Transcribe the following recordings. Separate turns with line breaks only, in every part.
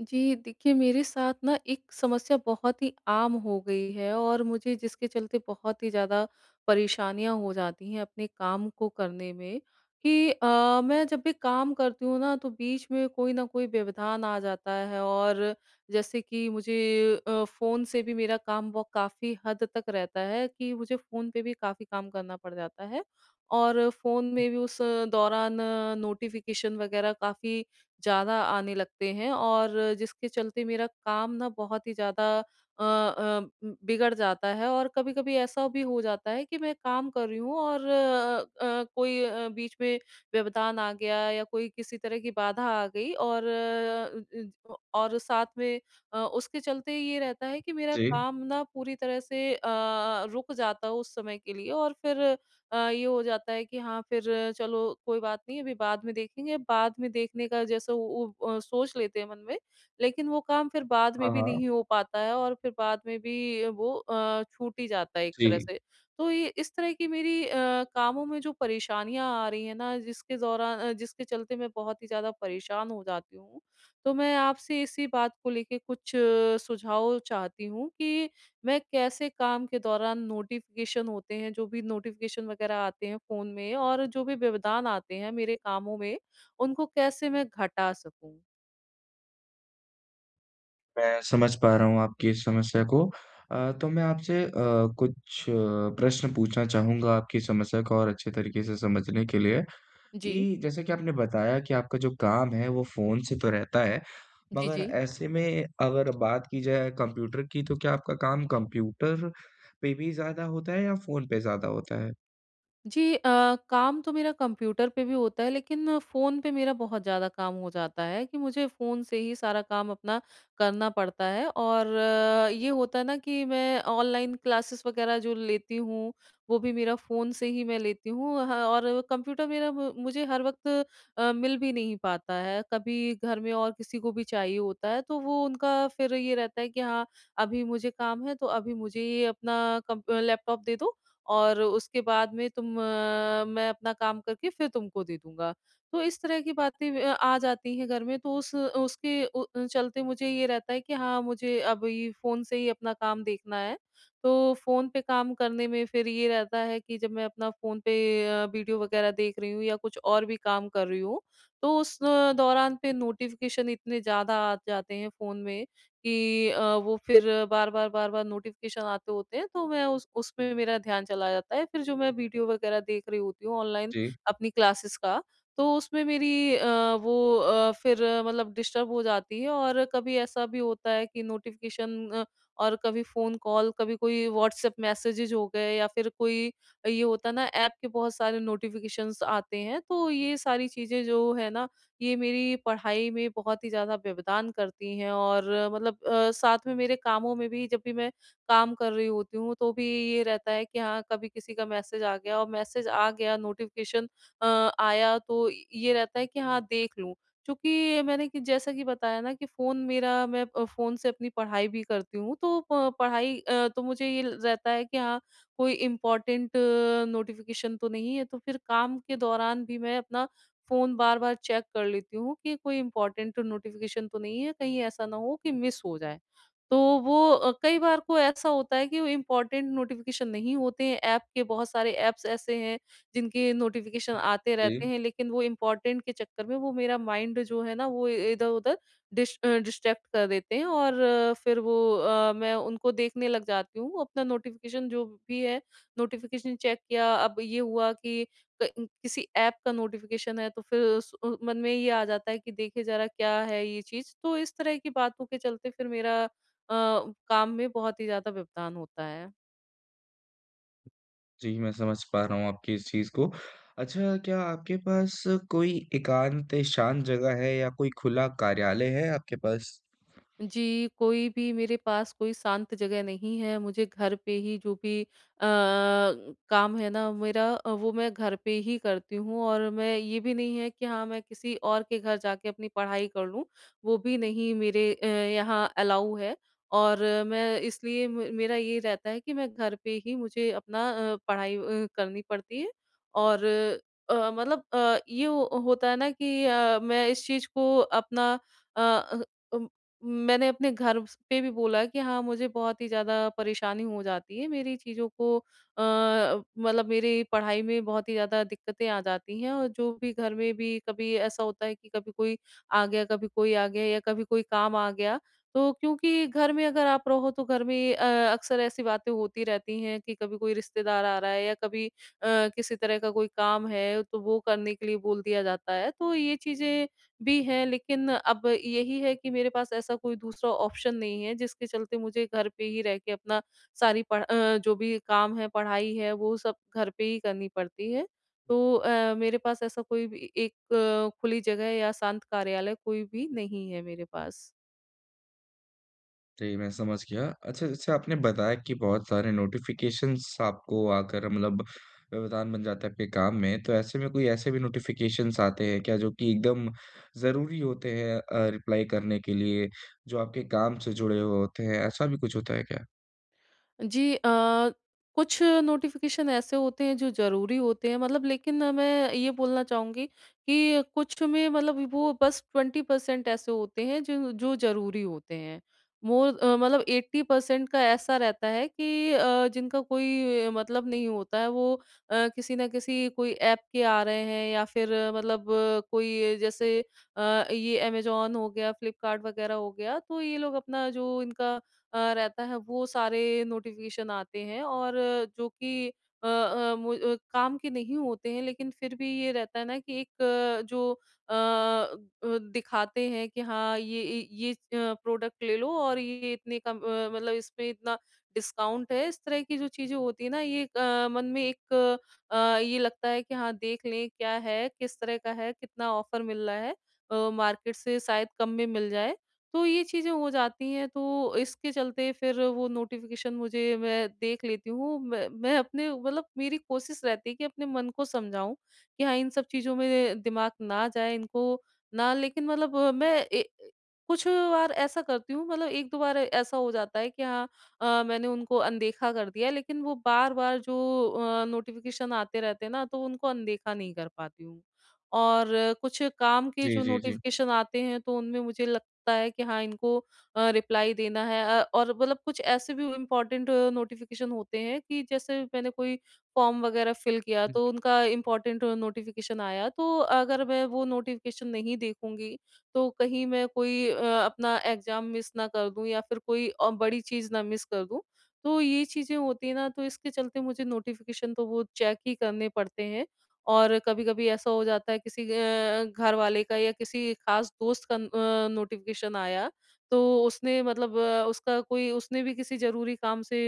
जी, देखिए मेरे साथ ना एक समस्या बहुत ही आम हो गई है और मुझे जिसके चलते बहुत ही ज़्यादा परेशानियाँ हो जाती हैं अपने काम को करने में कि मैं जब भी काम करती हूँ ना तो बीच में कोई ना कोई व्यवधान आ जाता है। और जैसे कि मुझे फ़ोन से भी मेरा काम वो काफ़ी हद तक रहता है कि मुझे फ़ोन पे भी काफ़ी काम करना पड़ जाता है, और फ़ोन में भी उस दौरान नोटिफ़िकेशन वगैरह काफ़ी ज़्यादा आने लगते हैं, और जिसके चलते मेरा काम ना बहुत ही ज़्यादा बिगड़ जाता है। और कभी-कभी ऐसा भी हो जाता है कि मैं काम कर रही हूँ, और कोई बीच में व्यवधान आ गया, या कोई किसी तरह की बाधा आ गई, और अ, ज और साथ में उसके चलते ये रहता है कि मेरा
जी,
काम ना पूरी तरह से रुक जाता है उस समय के लिए। और फिर ये हो जाता है कि हाँ, फिर चलो, कोई बात नहीं, अभी बाद में देखेंगे, बाद में देखने का जैसे वो सोच लेते हैं मन में, लेकिन वो काम फिर बाद
हाँ,
में भी
हाँ।
नहीं हो पाता है, और फिर बाद में भी वो छूट ही जाता है एक तरह
जी,
से। तो ये इस तरह की मेरी कामों में जो परेशानियाँ आ रही हैं ना, जिसके चलते मैं बहुत ही ज़्यादा परेशान हो जाती हूँ। तो मैं आपसे इसी बात को लेके कुछ सुझाव चाहती हूँ कि मैं कैसे काम के दौरान नोटिफ़िकेशन होते हैं, जो भी नोटिफ़िकेशन वग़ैरह आते हैं फ़ोन में और जो भी व्यवधान आते हैं मेरे कामों में, उनको कैसे मैं घटा सकूँ?
मैं समझ पा रहा हूँ आपकी इस समस्या को। तो मैं आपसे कुछ प्रश्न पूछना चाहूँगा आपकी समस्या को और अच्छे तरीके से समझने के लिए
जी।
कि जैसे कि आपने बताया कि आपका जो काम है वो फ़ोन से तो रहता है,
जी,
मगर
जी।
ऐसे में अगर बात की जाए कंप्यूटर की तो क्या आपका काम कंप्यूटर पे भी ज़्यादा होता है या फ़ोन पे ज़्यादा होता है?
जी, काम तो मेरा कंप्यूटर पे भी होता है, लेकिन फ़ोन पे मेरा बहुत ज़्यादा काम हो जाता है कि मुझे फ़ोन से ही सारा काम अपना करना पड़ता है। और ये होता है ना कि मैं ऑनलाइन क्लासेस वगैरह जो लेती हूँ, वो भी मेरा फ़ोन से ही मैं लेती हूँ ह, और कंप्यूटर मेरा मु मुझे हर वक़्त मिल भी नहीं पाता है। कभी घर में और किसी को भी चाहिए होता है, तो वो उनका फिर ये रहता है कि हाँ, अभी मुझे काम है, तो अभी मुझे ये अपना कम लैपटॉप दे दो, और उसके बाद में मैं अपना काम करके फिर तुमको दे दूँगा। तो इस तरह की बातें आ जाती हैं घर में, तो उस उसके उ चलते मुझे ये रहता है कि हाँ, मुझे अभी फ़ोन से ही अपना काम देखना है। तो फ़ोन पे काम करने में फिर ये रहता है कि जब मैं अपना फ़ोन पे वीडियो वग़ैरह देख रही हूँ या कुछ और भी काम कर रही हूँ, तो उस दौरान पे नोटिफ़िकेशन इतने ज़्यादा आ जाते हैं फ़ोन में कि वो फिर बार-बार, बार-बार नोटिफ़िकेशन आते होते हैं, तो मैं उस उसमें मेरा ध्यान चला जाता है। फिर जो मैं वीडियो वग़ैरह देख रही होती हूँ ऑनलाइन
जी,
अपनी क्लासेस का, तो उसमें मेरी अ, वो अ, फिर अ, मतलब डिस्टर्ब हो जाती है। और कभी ऐसा भी होता है कि नोटिफ़िकेशन और कभी फ़ोन कॉल, कभी कोई व्हाट्सएप मैसेजेज़ हो गए, या फिर कोई ये होता है ना, ऐप के बहुत सारे नोटिफ़िकेशंस आते हैं। तो ये सारी चीज़ें जो है ना, ये मेरी पढ़ाई में बहुत ही ज़्यादा व्यवधान करती हैं। और मतलब साथ में मेरे कामों में भी जब भी मैं काम कर रही होती हूँ, तो भी ये रहता है कि हाँ, कभी किसी का मैसेज आ गया और मैसेज आ गया, नोटिफिकेशन आया, तो ये रहता है कि हाँ, देख लूँ, क्योंकि मैंने कि जैसा कि बताया ना कि फोन मेरा मैं अ, फोन से अपनी पढ़ाई भी करती हूँ। तो पढ़ाई तो मुझे ये रहता है कि हाँ, कोई इम्पोर्टेंट नोटिफिकेशन तो नहीं है। तो फिर काम के दौरान भी मैं अपना फ़ोन बार-बार चेक कर लेती हूँ कि कोई इम्पोर्टेंट नोटिफ़िकेशन तो नहीं है, कहीं ऐसा ना हो कि मिस हो जाए। तो वो कई बार को ऐसा होता है कि वो इम्पोर्टेंट नोटिफ़िकेशन नहीं होते हैं। ऐप के बहुत सारे ऐप्स ऐसे हैं, जिनके नोटिफ़िकेशन
जी,
आते
जी।
रहते हैं, लेकिन वो इम्पोर्टेंट के चक्कर में वो मेरा माइंड जो है ना, वो इधर-उधर डिस्ट्रैक्ट कर देते हैं। और मैं उनको देखने लग जाती हूँ, अपना नोटिफ़िकेशन जो भी है, नोटिफ़िकेशन चेक किया। अब ये हुआ कि क किसी ऐप का नोटिफ़िकेशन है, तो फिर उस मन में ये आ जाता है कि देखे ज़रा क्या है ये चीज़? तो इस तरह की बातों के चलते फिर मेरा काम में बहुत ही ज़्यादा व्यवधान होता है।
जी, मैं समझ पा रहा हूँ आपकी इस चीज़ को। अच्छा, क्या आपके पास कोई एकांत शांत जगह है या कोई खुला कार्यालय है आपके पास?
जी, कोई भी मेरे पास कोई शांत जगह नहीं है, मुझे घर पे ही जो भी काम है ना मेरा, वो मैं घर पे ही करती हूँ। और मैं ये भी नहीं है कि हाँ, मैं किसी और के घर जाके अपनी पढ़ाई कर लूँ, वो भी नहीं मेरे यहाँ अलाउ है। और मैं इसलिए म मेरा ये रहता है कि मैं घर पे ही मुझे अपना पढ़ाई करनी पड़ती है। और मतलब ये हो होता है ना कि मैं इस चीज़ को अपना अ अ, उम मैंने अपने घर स पे भी बोला कि हाँ, मुझे बहुत ही ज़्यादा परेशानी हो जाती है, मेरी चीज़ों को अ, मतलब मेरी पढ़ाई में बहुत ही ज़्यादा दिक्कतें आ जाती हैं। और जो भी घर में भी कभी ऐसा होता है कि कभी कोई आ गया, कभी कोई आ गया, या कभी कोई काम आ गया। तो क्योंकि घर में अगर आप रहो, तो घर में अक्सर ऐसी बातें होती रहती हैं कि कभी कोई रिश्तेदार आ रहा है, या कभी किसी तरह का कोई काम है, तो वो करने के लिए बोल दिया जाता है। तो ये चीज़ें भी हैं, लेकिन अब यही है कि मेरे पास ऐसा कोई दूसरा ऑप्शन नहीं है, जिसके चलते मुझे घर पे ही रह के अपना सारी जो भी काम है, पढ़ाई है, वो सब घर पे ही करनी पड़ती है। तो मेरे पास ऐसा कोई भी एक खुली जगह या शांत कार्यालय कोई भी नहीं है मेरे पास।
जी, मैं समझ गया। अच्छा, जैसे आपने बताया कि बहुत सारे नोटिफ़िकेशंस आपको आकर मतलब व्यवधान बन जाता है आपके काम में, तो ऐसे में कोई ऐसे भी नोटिफ़िकेशंस आते हैं क्या जो कि एकदम ज़रूरी होते हैं, रिप्लाई करने के लिए, जो आपके काम से जुड़े हुए होते हैं, ऐसा भी कुछ होता है क्या?
जी, कुछ नोटिफ़िकेशन ऐसे होते हैं जो ज़रूरी होते हैं, मतलब लेकिन मैं ये बोलना चाहूँगी कि कुछ में मतलब वो बस 20% ऐसे होते हैं जो जो ज़रूरी होते हैं। मोर मतलब 80% का ऐसा रहता है कि जिनका कोई मतलब नहीं होता है। वो किसी न किसी कोई ऐप के आ रहे हैं, या फिर मतलब कोई जैसे अ, ये अमेज़न हो गया, फ्लिपकार्ट वग़ैरह हो गया। तो ये लोग अपना जो इनका रहता है, वो सारे नोटिफ़िकेशन आते हैं, और जो कि काम के नहीं होते हैं, लेकिन फिर भी ये रहता है ना कि एक जो दिखाते हैं कि हाँ, ये प्रोडक्ट ले लो, और ये इतने कम मतलब इसमें इतना डिस्काउंट है। इस तरह की जो चीज़ें होती है ना, ये मन में एक ये लगता है कि हाँ, देख लें क्या है, किस तरह का है, कितना ऑफ़र मिल रहा है। मार्केट से शायद कम में मिल जाए। तो ये चीज़ें हो जाती हैं, तो इसके चलते फिर वो नोटिफ़िकेशन मुझे मैं देख लेती हूँ। मैं अपने मतलब मेरी कोशिश रहती है कि अपने मन को समझाऊँ कि हाँ, इन सब चीज़ों में दिमाग ना जाए, इनको ना, लेकिन मतलब मैं ए ए कुछ बार ऐसा करती हूँ, मतलब 1-2 बार ऐसा हो जाता है कि हाँ, मैंने उनको अनदेखा कर दिया, लेकिन वो बार-बार जो नोटिफ़िकेशन आते रहते हैं ना, तो उनको अनदेखा नहीं कर पाती हूँ। और कुछ काम के
जी,
जो
जी, जी।
नोटिफ़िकेशन आते हैं, तो उनमें मुझे लग होता है कि हाँ, इनको रिप्लाई देना है, और मतलब कुछ ऐसे भी इम्पोर्टेंट नोटिफ़िकेशन होते हैं कि जैसे मैंने कोई फॉर्म वगैरह फिल किया,
हुँ।
तो उनका इम्पोर्टेंट नोटिफ़िकेशन आया। तो अगर मैं वो नोटिफ़िकेशन नहीं देखूँगी, तो कहीं मैं कोई अपना एग्ज़ाम मिस ना कर दूँ, या फिर कोई बड़ी चीज़ ना मिस कर दूँ। तो ये चीज़ें होती हैं ना, तो इसके चलते मुझे नोटिफ़िकेशन तो वो चेक ही करने पड़ते हैं। और कभी-कभी ऐसा हो जाता है किसी घरवाले का या किसी खास दोस्त का नोटिफ़िकेशन आया, तो उसने मतलब उसका कोई, उसने भी किसी ज़रूरी काम से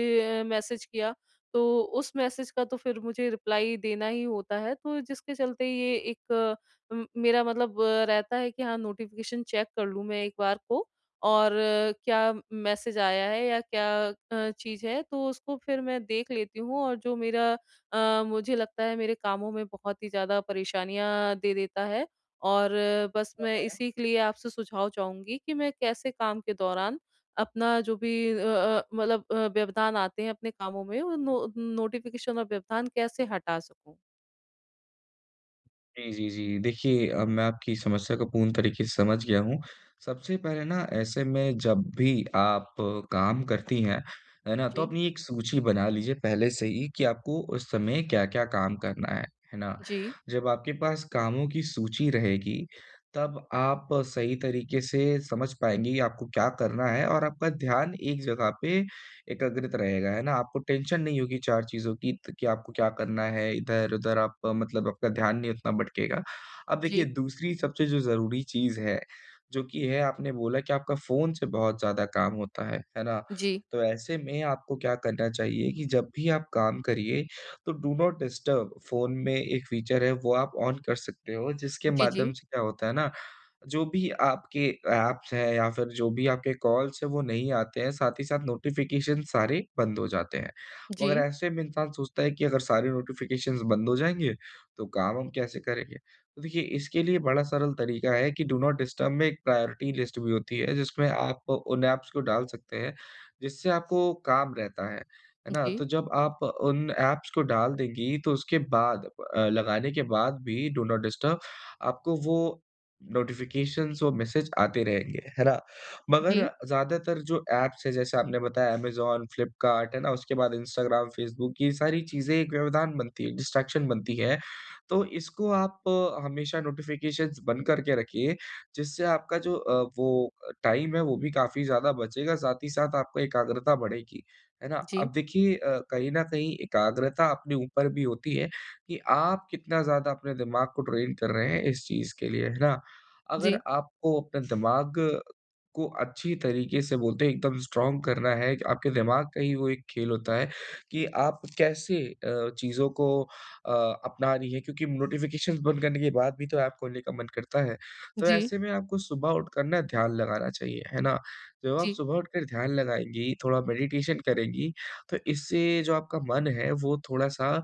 मैसेज किया, तो उस मैसेज का तो फिर मुझे रिप्लाई देना ही होता है। तो जिसके चलते ये एक मेरा मतलब रहता है कि हाँ, नोटिफ़िकेशन चेक कर लूँ मैं एक बार को, और क्या मैसेज आया है, या क्या चीज़ है, तो उसको फिर मैं देख लेती हूँ, और मुझे लगता है मेरे कामों में बहुत ही ज़्यादा परेशानियाँ दे देता है। और बस मैं इसी के लिए आपसे सुझाव चाहूँगी कि मैं कैसे काम के दौरान अपना जो भी मतलब व्यवधान आते हैं अपने कामों में, वो नो नोटिफ़िकेशन और व्यवधान कैसे हटा सकूँ?
जी, जी, जी। देखिए, अब मैं आपकी समस्या को पूर्ण तरीके से समझ गया हूँ। सबसे पहले ना ऐसे में जब भी आप काम करती हैं, है ना? तो
जी।
अपनी एक सूची बना लीजिए पहले से ही कि आपको उस समय क्या-क्या काम करना है ना?
जी,
जब आपके पास कामों की सूची रहेगी, तब आप सही तरीके से समझ पाएँगी आपको क्या करना है और आपका ध्यान एक जगह पे एकाग्रित रहेगा, है ना? आपको टेंशन नहीं होगी 4 चीज़ों की त कि आपको क्या करना है, इधर-उधर आप मतलब आपका ध्यान नहीं उतना भटकेगा। अब देखिए
जी,
दूसरी सबसे जो ज़रूरी चीज़ है, जो कि है आपने बोला कि आपका फ़ोन से बहुत ज़्यादा काम होता है ना?
जी,
तो ऐसे में आपको क्या करना चाहिए कि जब भी आप काम करिए, तो डू नॉट डिस्टर्ब फ़ोन में एक फीचर है वो आप ऑन कर सकते हो, जिसके माध्यम
जी,
से क्या होता है ना, जो भी आपके ऐप्स हैं या फिर जो भी आपके कॉल्स हैं वो नहीं आते हैं, साथ ही साथ नोटिफ़िकेशन सारे बंद हो जाते हैं। मगर
जी,
ऐसे में इंसान सोचता है कि अगर सारे नोटिफ़िकेशंस बंद हो जाएँगे, तो काम हम कैसे करेंगे? तो देखिए इसके लिए बड़ा सरल तरीका है कि डू नॉट डिस्टर्ब में एक प्रायोरिटी लिस्ट भी होती है जिसमें आप उन ऐप्स को डाल सकते हैं, जिससे आपको काम रहता है। है ना?
जी,
तो जब आप उन ऐप्स को डाल देंगी तो उसके बाद लगाने के बाद भी डू नॉट डिस्टर्ब आपको वो नोटिफ़िकेशंस वो मैसेज आते रहेंगे, है ना? मगर
जी,
ज़्यादातर जो ऐप्स हैं जैसे आपने बताया अमेज़न, फ्लिपकार्ट, है ना? उसके बाद इंस्टाग्राम, फेसबुक ये सारी चीज़ें एक व्यवधान बनती है, डिस्ट्रैक्शन बनती है। तो इसको आप हमेशा नोटिफ़िकेशंस बंद करके रखिए, जिससे आपका जो वो टाइम है वो भी काफ़ी ज़्यादा बचेगा, साथ ही साथ आपका एकाग्रता बढ़ेगी, है ना?
जी,
अब देखिए कहीं न कहीं एकाग्रता अपने ऊपर भी होती है कि आप कितना ज़्यादा अपने दिमाग को ट्रेन कर रहे हैं इस चीज़ के लिए, है ना? अगर
जी,
आपको अपने दिमाग को अच्छी तरीके से बोलते हैं एकदम स्ट्रॉन्ग करना है कि आपके दिमाग का ही वो एक खेल होता है कि आप कैसे चीज़ों को अपना रही है क्योंकि नोटिफ़िकेशंस बंद करने के बाद भी तो ऐप खोलने का मन करता है। तो
जी,
ऐसे में आपको सुबह उठकर ना ध्यान लगाना चाहिए, है ना? जब आप
जी,
सुबह उठकर ध्यान लगाएँगी, थोड़ा मेडिटेशन करेंगी, तो इससे जो आपका मन है वो थोड़ा-सा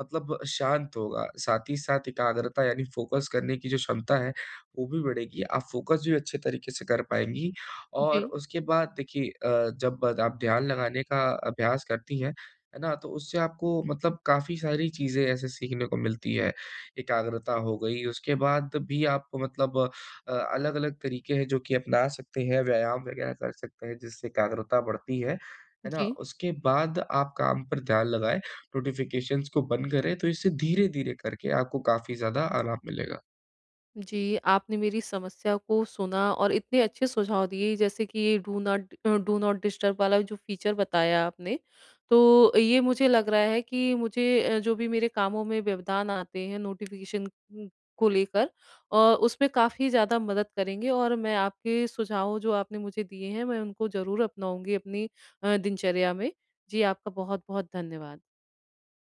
मतलब शांत होगा। साथ ही साथ एकाग्रता यानी फ़ोकस करने की जो क्षमता है वो भी बढ़ेगी, आप फ़ोकस भी अच्छे तरीके से कर पाएँगी
जी, जी,
और
जी।
उसके बाद देखिए जब आप ध्यान लगाने का अभ्यास करती हैं, है ना? तो उससे आपको मतलब काफ़ी सारी चीज़ें ऐसे सीखने को मिलती है। एकाग्रता हो गई, उसके बाद भी आप मतलब अलग-अलग तरीके हैं जो कि अपना सकते हैं, व्यायाम वगैरह कर सकते हैं जिससे एकाग्रता बढ़ती है ना?
जी,
उसके बाद आप काम पर ध्यान लगाएँ, नोटिफ़िकेशंस को बंद करें, तो इससे धीरे-धीरे करके आपको काफ़ी ज़्यादा आराम मिलेगा।
जी, आपने मेरी समस्या को सुना, और इतने अच्छे सुझाव दिए, जैसे कि ये डू नॉट डिस्टर्ब वाला जो फ़ीचर बताया आपने, तो ये मुझे लग रहा है कि मुझे जो भी मेरे कामों में व्यवधान आते हैं नोटिफ़िकेशन उम, को लेकर उसमें काफ़ी ज़्यादा मदद करेंगे। और मैं आपके सुझाव जो आपने मुझे दिए हैं, मैं उनको ज़रूर अपनाऊँगी अपनी दिनचर्या में। जी, आपका बहुत-बहुत धन्यवाद।